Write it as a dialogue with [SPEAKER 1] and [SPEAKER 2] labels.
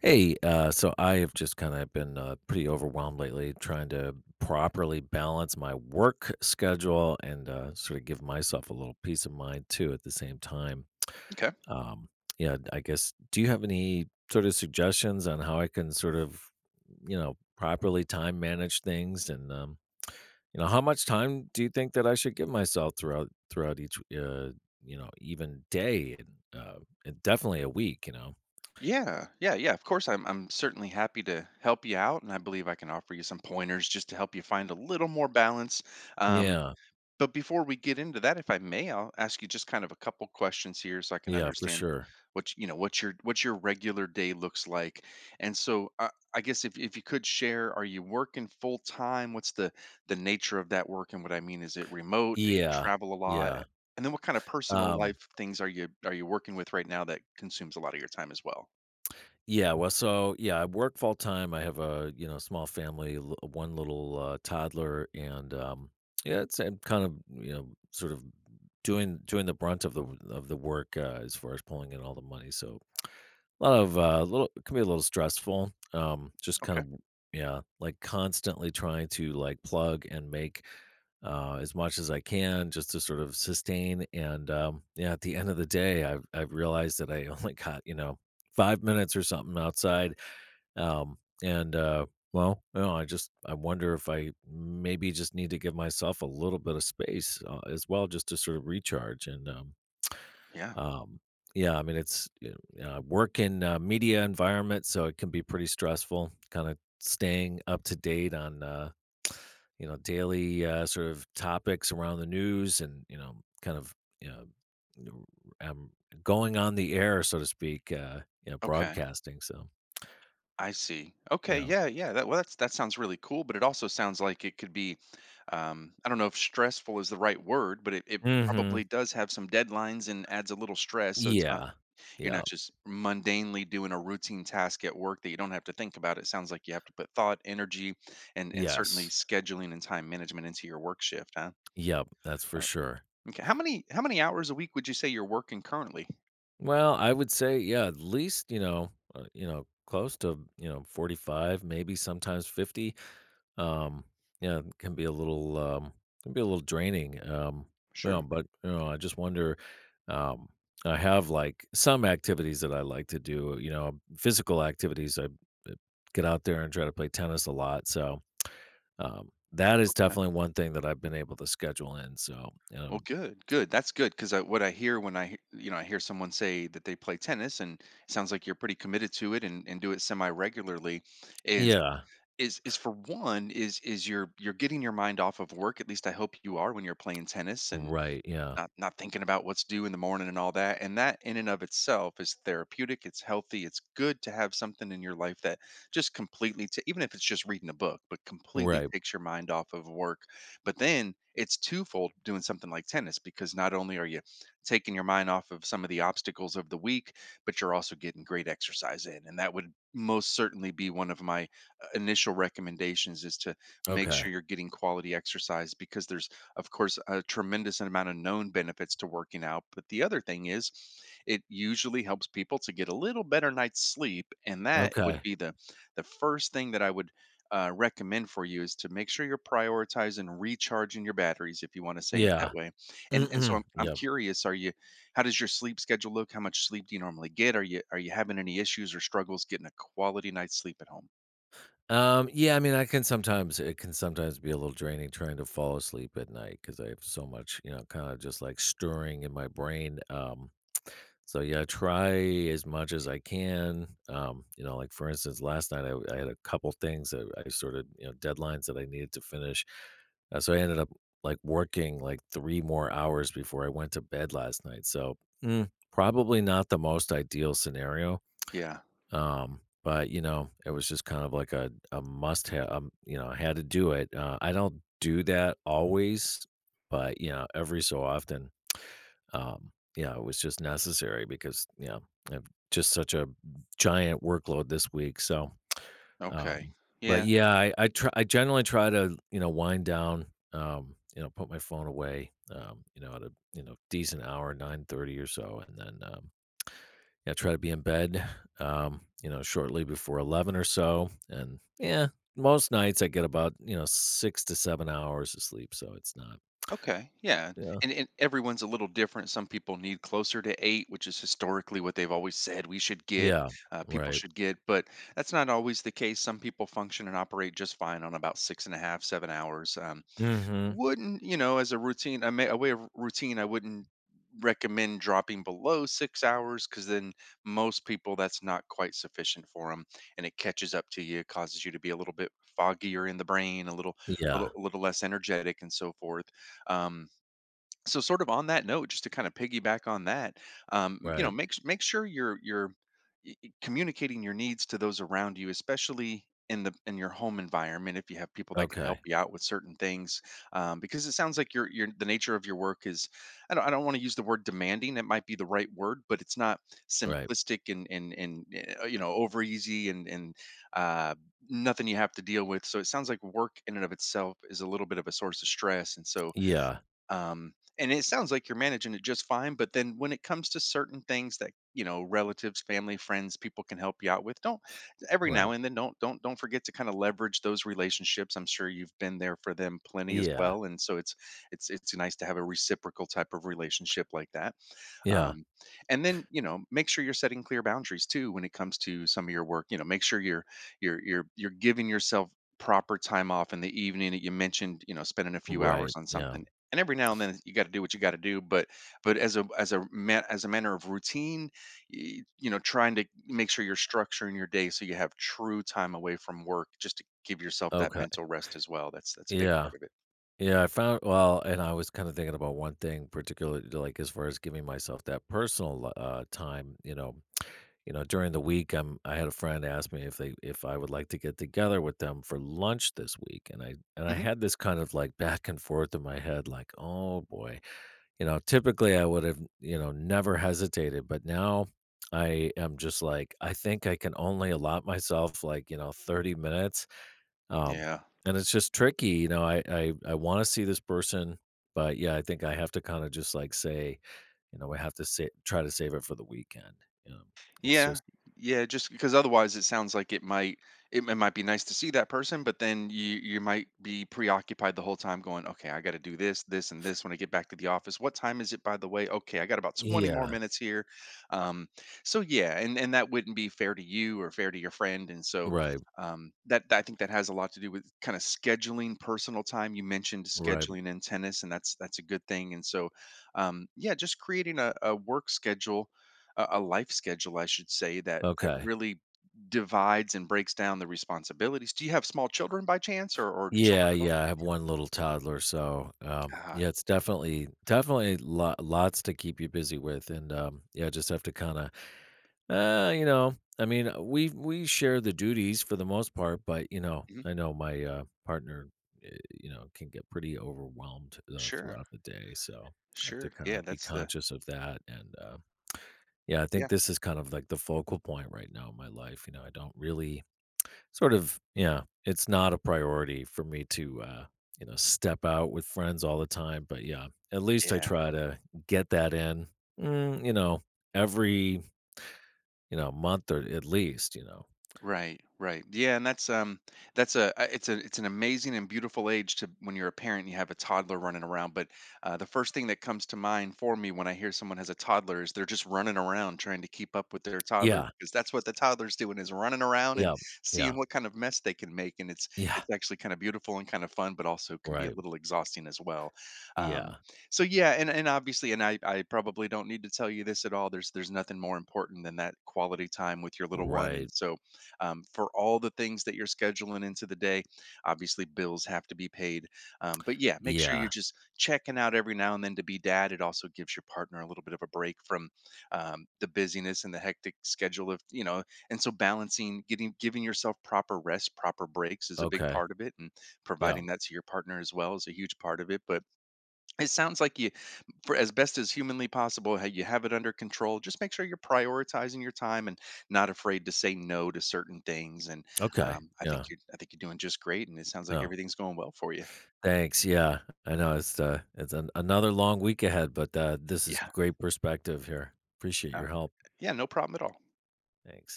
[SPEAKER 1] Hey, so I have just kind of been pretty overwhelmed lately trying to properly balance my work schedule and sort of give myself a little peace of mind too at the same time.
[SPEAKER 2] Okay.
[SPEAKER 1] Um, yeah, I guess, do you have any sort of suggestions on how I can sort of, properly time manage things and, how much time do you think that I should give myself throughout each, even day, and, and definitely a week, you know?
[SPEAKER 2] Yeah. Yeah. Yeah. Of course, I'm certainly happy to help you out, and I believe I can offer you some pointers just to help you find a little more balance. Um,
[SPEAKER 1] Yeah,
[SPEAKER 2] But before we get into that, if I may, I'll ask you just kind of a couple questions here so I can
[SPEAKER 1] yeah, for
[SPEAKER 2] understand
[SPEAKER 1] sure.
[SPEAKER 2] what you know what your regular day looks like. And so I guess if you could share, are you working full time? What's the nature of that work? And what I mean is, it remote? Do you
[SPEAKER 1] Yeah,
[SPEAKER 2] travel a lot?
[SPEAKER 1] yeah,
[SPEAKER 2] And then what kind of personal
[SPEAKER 1] um,
[SPEAKER 2] life things are you working with right now that consumes a lot of your time as well?
[SPEAKER 1] yeah, well, so, yeah, I work full time. I have a, you know, small family, l one little, toddler, and, yeah, it's, I'm kind of, you know, sort of doing the brunt of the work, as far as pulling in all the money. So, a lot of, little it can be a little stressful, just kind
[SPEAKER 2] Okay.
[SPEAKER 1] of, yeah, like, constantly trying to, like, plug and make, as much as I can just to sort of sustain. And, yeah, at the end of the day, I've realized that I only got, you know, 5 minutes or something outside. And, well, you know, I wonder if I maybe just need to give myself a little bit of space, as well, just to sort of recharge. And,
[SPEAKER 2] Yeah.
[SPEAKER 1] um, yeah, I mean, it's, work in media environment, so it can be pretty stressful. Kind of staying up to date on, daily, sort of topics around the news, and, kind of, you know, n- um, going on the air, so to speak. Uh, you know,
[SPEAKER 2] Okay.
[SPEAKER 1] broadcasting. So,
[SPEAKER 2] I see. Okay,
[SPEAKER 1] yeah.
[SPEAKER 2] yeah, yeah. That, well, that's that sounds really cool, but it also sounds like it could be, I don't know if stressful is the right word, but it
[SPEAKER 1] Mm-hmm.
[SPEAKER 2] probably does have some deadlines and adds a little stress. So it's not,
[SPEAKER 1] Yeah.
[SPEAKER 2] you're
[SPEAKER 1] Yeah.
[SPEAKER 2] not just mundanely doing a routine task at work that you don't have to think about. It sounds like you have to put thought, energy, and certainly
[SPEAKER 1] Yes.
[SPEAKER 2] scheduling and time management into your work shift, huh?
[SPEAKER 1] Yep. That's for
[SPEAKER 2] Uh,
[SPEAKER 1] sure.
[SPEAKER 2] okay. How many hours a week would you say you're working currently?
[SPEAKER 1] Well, I would say, yeah, at least, you know, close to, you know, 45, maybe sometimes 50. Um, yeah, it can be a little draining. You know,
[SPEAKER 2] Sure.
[SPEAKER 1] but, you know, I just wonder. um, I have, like, some activities that I like to do, you know, physical activities. I get out there and try to play tennis a lot. So, that is definitely one thing that I've been able to schedule in. So,
[SPEAKER 2] Well,
[SPEAKER 1] um,
[SPEAKER 2] good, good. That's good because I, what I hear when I, you know, I hear someone say that they play tennis, and it sounds like you're pretty committed to it and do it semi regularly, is
[SPEAKER 1] yeah,
[SPEAKER 2] is for one is you're getting your mind off of work. At least I hope you are when you're playing tennis, and
[SPEAKER 1] right. Yeah,
[SPEAKER 2] not thinking about what's due in the morning, and all that, and that in and of itself is therapeutic. It's healthy. It's good to have something in your life that just completely even if it's just reading a book, but completely
[SPEAKER 1] right.
[SPEAKER 2] takes your mind off of work. But then it's twofold doing something like tennis, because not only are you taking your mind off of some of the obstacles of the week, but you're also getting great exercise in, and that would most certainly be one of my initial recommendations, is to make
[SPEAKER 1] Okay.
[SPEAKER 2] sure you're getting quality exercise, because there's, of course, a tremendous amount of known benefits to working out. But the other thing is, it usually helps people to get a little better night's sleep, and that would
[SPEAKER 1] Okay.
[SPEAKER 2] be the first thing that I would recommend for you, is to make sure you're prioritizing recharging your batteries, if you want to say it that
[SPEAKER 1] Yeah.
[SPEAKER 2] way. And so
[SPEAKER 1] Mhm.
[SPEAKER 2] I'm
[SPEAKER 1] Yep.
[SPEAKER 2] curious, are you? How does your sleep schedule look? How much sleep do you normally get? Are you having any issues or struggles getting a quality night's sleep at home?
[SPEAKER 1] Yeah, I mean, I can sometimes it can sometimes be a little draining trying to fall asleep at night because I have so much, you know, kinda just, like, stirring in my brain. So, yeah, I try as much as I can. You know, like, for instance, last night, I had a couple things that I sorta, you know, deadlines that I needed to finish. So I ended up, like, working, like, 3 more hours before I went to bed last night, so, probably not the most ideal scenario.
[SPEAKER 2] Yeah.
[SPEAKER 1] But, you know, it was just kind of like a must have, You know, I had to do it. I don't do that always, but, you know, every so often, yeah, it was just necessary because, you know, I've just such a giant workload this week. So,
[SPEAKER 2] Okay.
[SPEAKER 1] um, but
[SPEAKER 2] Yeah.
[SPEAKER 1] yeah, I generally try to, you know, wind down, you know, put my phone away, you know, at a, you know, decent hour, 9:30 or so. And then, yeah, try to be in bed, you know, shortly before 11 or so. And yeah, most nights I get about, you know, 6 to 7 hours of sleep, so it's not.
[SPEAKER 2] Okay, yeah,
[SPEAKER 1] Yeah.
[SPEAKER 2] and everyone's a little different. Some people need closer to eight, which is historically what they've always said we should get,
[SPEAKER 1] Yeah,
[SPEAKER 2] people
[SPEAKER 1] right.
[SPEAKER 2] should get, but that's not always the case. Some people function and operate just fine on about 6.5, 7 hours.
[SPEAKER 1] Mhm.
[SPEAKER 2] Wouldn't you know, as a routine, I may, a way of routine, I wouldn't recommend dropping below 6 hours, because then most people, that's not quite sufficient for them, and it catches up to you, causes you to be a little bit foggier in the brain, a little
[SPEAKER 1] Yeah,
[SPEAKER 2] a little less energetic and so forth. Um, so, sort of on that note, just to kinda piggyback on that, you know,
[SPEAKER 1] right.
[SPEAKER 2] make sure your communicating your needs to those around you, especially in the in your home environment, if you have people that can help
[SPEAKER 1] Okay,
[SPEAKER 2] you out with certain things, because it sounds like your the nature of your work is, I don't want to use the word demanding, it might be the right word, but it's not
[SPEAKER 1] right.
[SPEAKER 2] simplistic, and you know, over easy, and uh, nothing you have to deal with, so it sounds like work in and of itself is a little bit of a source of stress, and so,
[SPEAKER 1] Yeah,
[SPEAKER 2] and it sounds like you're managing it just fine, but then when it comes to certain things that, you know, relatives, family, friends, people can help you out with, don't, every
[SPEAKER 1] right.
[SPEAKER 2] now and then, don't forget to kind of leverage those relationships. I'm sure you've been there for them plenty as
[SPEAKER 1] Yeah,
[SPEAKER 2] well, and so it's, it's nice to have a reciprocal type of relationship like that.
[SPEAKER 1] yeah,
[SPEAKER 2] Um, and then, you know, make sure you're setting clear boundaries too when it comes to some of your work. You know, make sure you're you're giving yourself proper time off in the evening. You mentioned, you know, spending a few
[SPEAKER 1] right,
[SPEAKER 2] hours on
[SPEAKER 1] yeah.
[SPEAKER 2] something, and every now and then you got to do what you got to do, but as a, as a man as a manner of routine, you know, trying to make sure you're structuring your day so you have true time away from work, just to give yourself that
[SPEAKER 1] Okay,
[SPEAKER 2] mental rest as well. That's a big
[SPEAKER 1] yeah.
[SPEAKER 2] part of it.
[SPEAKER 1] Yeah, I found, well, and I was kinda thinking about one thing particularly, like, as far as giving myself that personal, time, you know, during the week, I had a friend ask me if I would like to get together with them for lunch this week, and I
[SPEAKER 2] Hmm.
[SPEAKER 1] had this kind of, like, back and forth in my head, like, "Oh boy." You know, typically, I would have, you know, never hesitated, but now I am just, like, I think I can only allot myself, like, you know, 30 minutes. um,
[SPEAKER 2] Yeah.
[SPEAKER 1] and it's just tricky, you know, I wanna see this person, but, yeah, I think I have to kinda just, like, say, you know, we have to say try to save it for the weekend, you know? It's
[SPEAKER 2] Yeah,
[SPEAKER 1] just.
[SPEAKER 2] yeah, just because otherwise it sounds like it might, it might be nice to see that person, but then you might be preoccupied the whole time going, okay, I got to do this, this, and this when I get back to the office. What time is it, by the way? Okay, I got about 20 more
[SPEAKER 1] Yeah.
[SPEAKER 2] minutes here. Um, so yeah, and that wouldn't be fair to you or fair to your friend, and so.
[SPEAKER 1] Right.
[SPEAKER 2] That, I think that has a lot to do with kind of scheduling personal time. You mentioned
[SPEAKER 1] Right.
[SPEAKER 2] scheduling in tennis, and that's a good thing. And so, yeah, just creating a work schedule, a life schedule, I should say, that that
[SPEAKER 1] Okay.
[SPEAKER 2] really divides and breaks down the responsibilities. Do you have small children, by chance, or children
[SPEAKER 1] Yeah,
[SPEAKER 2] at all?
[SPEAKER 1] yeah, I have 1 little toddler, so, yeah,
[SPEAKER 2] Ah,
[SPEAKER 1] it's definitely lots to keep you busy with, and, yeah, just have to kinda. You know, I mean, we share the duties for the most part, but, you know,
[SPEAKER 2] mhm.
[SPEAKER 1] I know my, partner, uh, you know, can get pretty overwhelmed
[SPEAKER 2] Sure,
[SPEAKER 1] throughout the day, so I have to
[SPEAKER 2] sure.
[SPEAKER 1] kind
[SPEAKER 2] Yeah,
[SPEAKER 1] of be
[SPEAKER 2] that's the,
[SPEAKER 1] conscious of that. And, yeah, I think
[SPEAKER 2] yeah,
[SPEAKER 1] this is kind of like the focal point right now in my life. You know, I don't really sort of, yeah, it's not a priority for me to, you know, step out with friends all the time, but yeah, at least I
[SPEAKER 2] yeah.
[SPEAKER 1] try to get that in. Mm, you know, every, month. Or at least, you know.
[SPEAKER 2] Right, right. Yeah, and that's, um, that's a, it's a, it's an amazing and beautiful age to when you're a parent and you have a toddler running around, but, the first thing that comes to mind for me when I hear someone has a toddler is they're just running around trying to keep up with their toddler,
[SPEAKER 1] Yeah,
[SPEAKER 2] because that's what the toddler's doing, is running around and
[SPEAKER 1] yeah, yeah,
[SPEAKER 2] seeing what kind of mess they can make, and it's
[SPEAKER 1] yeah,
[SPEAKER 2] it's actually kind of beautiful and kind of fun, but also can be a
[SPEAKER 1] right,
[SPEAKER 2] little exhausting as well. Um
[SPEAKER 1] yeah,
[SPEAKER 2] so yeah, and obviously, and I probably don't need to tell you this at all. There's nothing more important than that quality time with your little one,
[SPEAKER 1] right,
[SPEAKER 2] and so, for all the things that you're scheduling into the day. Obviously, bills have to be paid. But yeah, make sure you're
[SPEAKER 1] yeah,
[SPEAKER 2] just checking out every now and then to be dad. It also gives your partner a little bit of a break from, the busyness and the hectic schedule of, you know, and so balancing, getting, giving yourself proper rest, proper breaks is a big
[SPEAKER 1] okay,
[SPEAKER 2] part of it. And
[SPEAKER 1] yeah,
[SPEAKER 2] providing that to your partner as well is a huge part of it. But it sounds like you, for as best as humanly possible, how you have it under control. Just make sure you're prioritizing your time, and not afraid to say no to certain things. And
[SPEAKER 1] okay,
[SPEAKER 2] I think
[SPEAKER 1] yeah.
[SPEAKER 2] you're, I think you're doing just great. And it sounds like
[SPEAKER 1] Oh,
[SPEAKER 2] everything's going well for you.
[SPEAKER 1] thanks, yeah. I know it's another long week ahead, but, this is
[SPEAKER 2] Yeah,
[SPEAKER 1] great perspective here. Appreciate
[SPEAKER 2] uh,
[SPEAKER 1] your help.
[SPEAKER 2] yeah, no problem at all.
[SPEAKER 1] Thanks.